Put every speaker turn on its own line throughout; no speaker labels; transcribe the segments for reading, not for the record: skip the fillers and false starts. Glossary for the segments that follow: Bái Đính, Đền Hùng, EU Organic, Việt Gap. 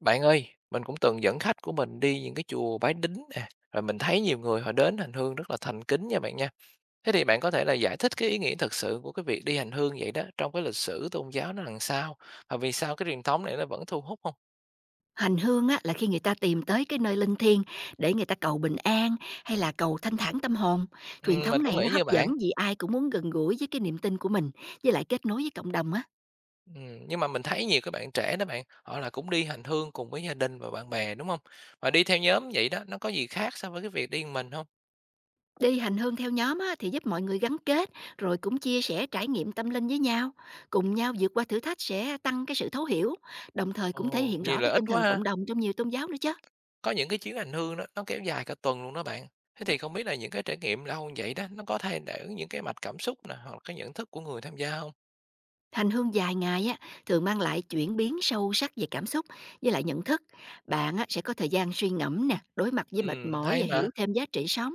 Bạn ơi, mình cũng từng dẫn khách của mình đi những cái chùa Bái Đính nè, rồi mình thấy nhiều người họ đến hành hương rất là thành kính nha bạn nha. Thế thì bạn có thể là giải thích cái ý nghĩa thật sự của cái việc đi hành hương vậy đó trong cái lịch sử tôn giáo nó làm sao và vì sao cái truyền thống này nó vẫn thu hút không?
Hành hương á, là khi người ta tìm tới cái nơi linh thiêng để người ta cầu bình an hay là cầu thanh thản tâm hồn. Truyền
Mình
thống
cũng
này nó
nghĩ
hấp
như
dẫn
bạn.
vì ai cũng muốn gần gũi với cái niềm tin của mình, với lại kết nối với cộng đồng á.
Nhưng mà mình thấy nhiều các bạn trẻ đó bạn, họ là cũng đi hành hương cùng với gia đình và bạn bè đúng không? Mà đi theo nhóm vậy đó, nó có gì khác so với cái việc đi một mình không?
Đi hành hương theo nhóm á, thì giúp mọi người gắn kết, rồi cũng chia sẻ trải nghiệm tâm linh với nhau. Cùng nhau vượt qua thử thách sẽ tăng cái sự thấu hiểu, đồng thời cũng thể
Ồ,
hiện
nhiều
rõ cái
lợi ích
tinh thần
quá ha.
cộng đồng trong nhiều tôn giáo nữa chứ.
Có những cái chuyến hành hương đó, nó kéo dài cả tuần luôn đó bạn. Thế thì không biết là những cái trải nghiệm lâu như vậy đó, nó có thay đổi những cái mạch cảm xúc nè, hoặc là cái nhận thức của người tham gia không?
Hành hương dài ngày á, thường mang lại chuyển biến sâu sắc về cảm xúc với lại nhận thức. Bạn á, sẽ có thời gian suy ngẫm nè, đối mặt với mệt mỏi
Hay
và
mà.
hiểu thêm giá trị sống.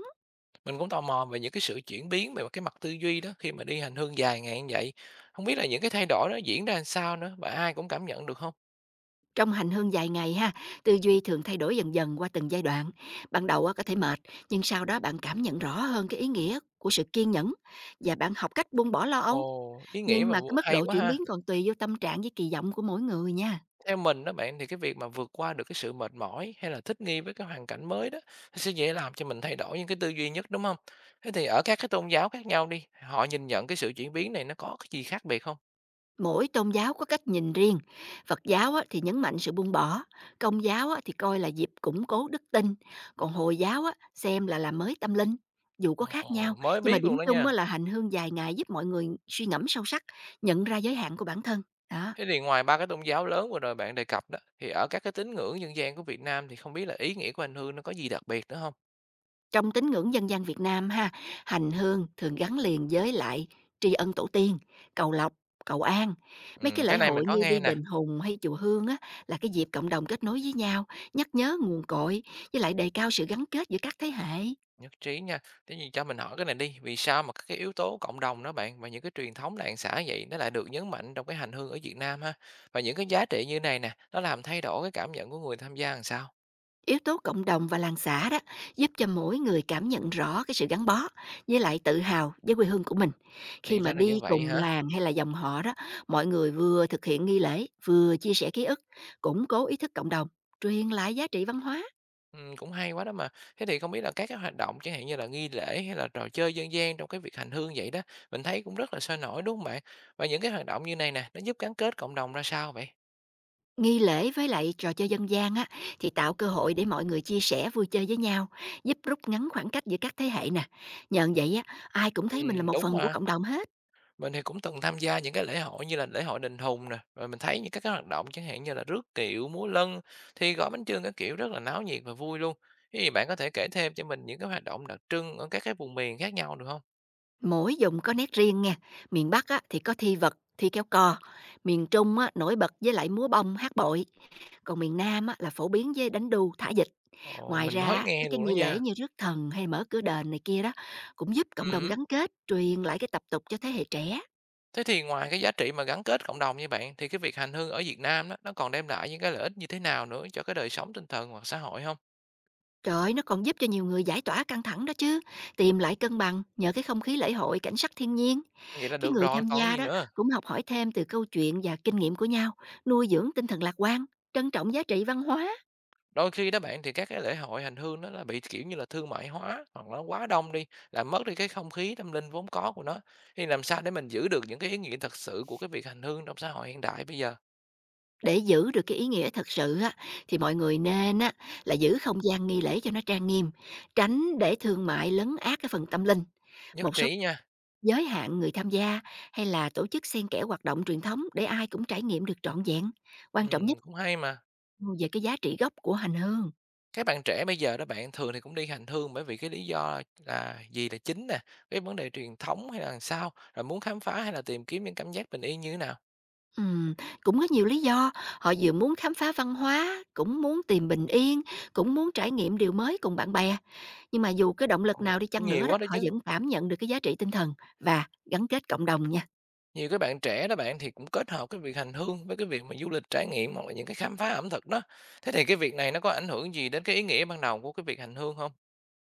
Mình cũng tò mò về những cái sự chuyển biến về cái mặt tư duy đó, khi mà đi hành hương dài ngày như vậy. Không biết là những cái thay đổi đó diễn ra làm sao nữa, và ai cũng cảm nhận được không?
Trong hành hương dài ngày ha, tư duy thường thay đổi dần dần qua từng giai đoạn. Ban đầu á, có thể mệt, nhưng sau đó bạn cảm nhận rõ hơn cái ý nghĩa của sự kiên nhẫn và bạn học cách buông bỏ lo âu.
Ồ, ý nghĩa
Nhưng
và
mà cái mức
hay
độ
quá
chuyển
ha!
biến còn tùy vô tâm trạng với kỳ vọng của mỗi người nha.
Theo mình đó bạn, thì cái việc mà vượt qua được cái sự mệt mỏi hay là thích nghi với cái hoàn cảnh mới đó, nó sẽ dễ làm cho mình thay đổi những cái tư duy nhất, đúng không? Thế thì ở các cái tôn giáo khác nhau đi, họ nhìn nhận cái sự chuyển biến này nó có cái gì khác biệt không?
Mỗi tôn giáo có cách nhìn riêng. Phật giáo á, thì nhấn mạnh sự buông bỏ. Công giáo á, thì coi là dịp củng cố đức tin. Còn hồi giáo á, xem là làm mới tâm linh. Dù có khác nhau,
Ồ, mới
nhưng mà
biết
điểm
luôn đó
chung á,
nha.
là hành hương dài ngày giúp mọi người suy ngẫm sâu sắc, nhận ra giới hạn của bản thân đó.
Thế thì ngoài ba cái tôn giáo lớn vừa rồi bạn đề cập đó, thì ở các cái tín ngưỡng dân gian của Việt Nam thì không biết là ý nghĩa của anh Hương nó có gì đặc biệt nữa không?
Trong tín ngưỡng dân gian Việt Nam ha, hành hương thường gắn liền với lại tri ân tổ tiên, cầu lộc, cầu an. Mấy cái lễ
Cái này mình
hội
có
như đi
nghe nè.
đền Hùng hay chùa Hương á là cái dịp cộng đồng kết nối với nhau, nhắc nhớ nguồn cội với lại đề cao sự gắn kết giữa các thế hệ.
Nhất trí nha. Thế thì cho mình hỏi cái này đi, vì sao mà các cái yếu tố cộng đồng đó bạn và những cái truyền thống làng xã vậy nó lại được nhấn mạnh trong cái hành hương ở Việt Nam ha? Và những cái giá trị như này nè, nó làm thay đổi cái cảm nhận của người tham gia làm sao?
Yếu tố cộng đồng và làng xã đó giúp cho mỗi người cảm nhận rõ cái sự gắn bó với lại tự hào với quê hương của mình. Khi
Thì
mà
ra là như
đi
vậy
cùng
hả?
làng hay là dòng họ đó, mọi người vừa thực hiện nghi lễ, vừa chia sẻ ký ức, củng cố ý thức cộng đồng, truyền lại giá trị văn hóa.
Ừ, cũng hay quá đó mà. Thế thì không biết là các cái hoạt động chẳng hạn như là nghi lễ hay là trò chơi dân gian trong cái việc hành hương vậy đó, mình thấy cũng rất là sôi nổi đúng không bạn? Và những cái hoạt động như này nè, nó giúp gắn kết cộng đồng ra sao vậy?
Nghi lễ với lại trò chơi dân gian á thì tạo cơ hội để mọi người chia sẻ vui chơi với nhau, giúp rút ngắn khoảng cách giữa các thế hệ nè. Nhờ vậy á, ai cũng thấy
Ừ,
mình là một
đúng
phần của
mà.
cộng đồng hết.
Mình thì cũng từng tham gia những cái lễ hội như là lễ hội Đền Hùng nè, rồi mình thấy những các cái hoạt động chẳng hạn như là rước kiệu, múa lân, thi gói bánh chưng các kiểu rất là náo nhiệt và vui luôn. Thế thì bạn có thể kể thêm cho mình những cái hoạt động đặc trưng ở các cái vùng miền khác nhau được không?
Mỗi vùng có nét riêng nha. Miền Bắc á, thì có thi vật, thi kéo co. Miền Trung á, nổi bật với lại múa bông, hát bội. Còn miền Nam á, là phổ biến với đánh đu, thả dịch.
Ồ,
Ngoài
mình
ra
mới
á, các
nghe
cái
luôn đó
nghi lễ
nha.
như rước thần hay mở cửa đền này kia đó cũng giúp cộng đồng
Ừm.
gắn kết, truyền lại cái tập tục cho thế hệ trẻ.
Thế thì ngoài cái giá trị mà gắn kết cộng đồng như bạn, thì cái việc hành hương ở Việt Nam đó, nó còn đem lại những cái lợi ích như thế nào nữa cho cái đời sống tinh thần hoặc xã hội không?
Trời ơi, nó còn giúp cho nhiều người giải tỏa căng thẳng đó chứ, tìm lại cân bằng nhờ cái không khí lễ hội, cảnh sắc thiên nhiên.
Vậy là
Cái
được
người
rồi,
tham
còn
gia
gì
đó
nữa?
cũng học hỏi thêm từ câu chuyện và kinh nghiệm của nhau, nuôi dưỡng tinh thần lạc quan, trân trọng giá trị văn hóa.
Đôi khi đó bạn thì các cái lễ hội hành hương nó là bị, kiểu như là, thương mại hóa hoặc là nó quá đông đi, làm mất đi cái không khí tâm linh vốn có của nó. Thì làm sao để mình giữ được những cái ý nghĩa thật sự của cái việc hành hương trong xã hội hiện đại bây giờ?
Để giữ được cái ý nghĩa thật sự á, thì mọi người nên á là giữ không gian nghi lễ cho nó trang nghiêm, tránh để thương mại lấn át cái phần tâm linh.
Nhất
Một số
trí nha,
giới hạn người tham gia hay là tổ chức xen kẽ hoạt động truyền thống để ai cũng trải nghiệm được trọn vẹn. Quan trọng nhất
cũng hay mà.
về cái giá trị gốc của hành hương.
Các bạn trẻ bây giờ đó bạn, thường thì cũng đi hành hương bởi vì cái lý do là gì là chính nè, cái vấn đề truyền thống hay là làm sao? Rồi muốn khám phá hay là tìm kiếm những cảm giác bình yên như thế nào?
Ừm, cũng có nhiều lý do, họ vừa muốn khám phá văn hóa, cũng muốn tìm bình yên, cũng muốn trải nghiệm điều mới cùng bạn bè, nhưng mà dù cái động
Ồ,
lực nào đi
cũng
chăng nữa
nhiều
đó,
quá đó
họ
chứ.
vẫn cảm nhận được cái giá trị tinh thần và gắn kết cộng đồng nha.
Nhiều cái bạn trẻ đó bạn thì cũng kết hợp cái việc hành hương với cái việc mà du lịch trải nghiệm hoặc là những cái khám phá ẩm thực đó. Thế thì cái việc này nó có ảnh hưởng gì đến cái ý nghĩa ban đầu của cái việc hành hương không?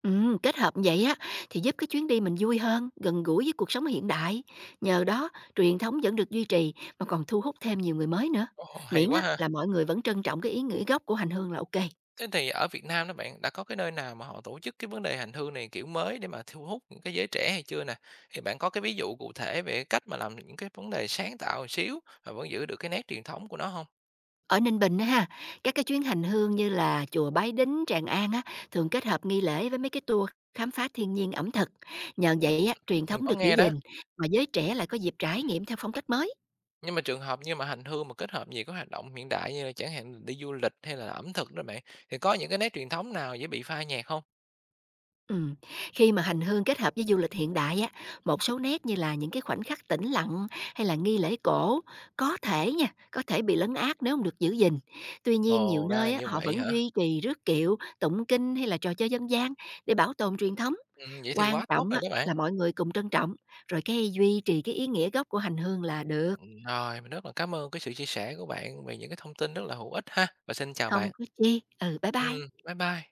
Kết hợp như vậy á thì giúp cái chuyến đi mình vui hơn, gần gũi với cuộc sống hiện đại. Nhờ đó, truyền thống vẫn được duy trì mà còn thu hút thêm nhiều người mới nữa.
Ồ, hay
Miễn
quá
á
ha!
là mọi người vẫn trân trọng cái ý nghĩa gốc của hành hương là ok.
Thế thì ở Việt Nam đó bạn, đã có cái nơi nào mà họ tổ chức cái vấn đề hành hương này kiểu mới để mà thu hút những cái giới trẻ hay chưa nè? Thì bạn có cái ví dụ cụ thể về cách mà làm những cái vấn đề sáng tạo một xíu mà vẫn giữ được cái nét truyền thống của nó không?
Ở Ninh Bình á ha, các cái chuyến hành hương như là chùa Bái Đính, Tràng An á thường kết hợp nghi lễ với mấy cái tour khám phá thiên nhiên ẩm thực. Nhờ vậy á, truyền
Mình
thống
có
được giữ
nghe đó.
gìn mà giới trẻ lại có dịp trải nghiệm theo phong cách mới.
Nhưng mà trường hợp như mà hành hương mà kết hợp nhiều cái hoạt động hiện đại như là chẳng hạn đi du lịch hay là ẩm thực đó bạn, thì có những cái nét truyền thống nào dễ bị phai nhạt hông?
Ừm, khi mà hành hương kết hợp với du lịch hiện đại á, một số nét như là những cái khoảnh khắc tĩnh lặng hay là nghi lễ cổ có thể bị lấn át nếu không được giữ gìn. Tuy nhiên nhiều
Ồ, ra là
nơi á,
như
họ
vậy
vẫn
hả?
duy trì rước kiệu, tụng kinh hay là trò chơi dân gian để bảo tồn truyền thống.
Vậy thì
Quan
quá tốt
trọng
rồi
á,
đó bạn.
là mọi người cùng trân trọng, rồi cái duy trì cái ý nghĩa gốc của hành hương là được.
Rồi, mình rất là cảm ơn cái sự chia sẻ của bạn về những cái thông tin rất là hữu ích ha, và xin chào
Không
bạn.
có chi. Ừ, bye bye.
Bye bye.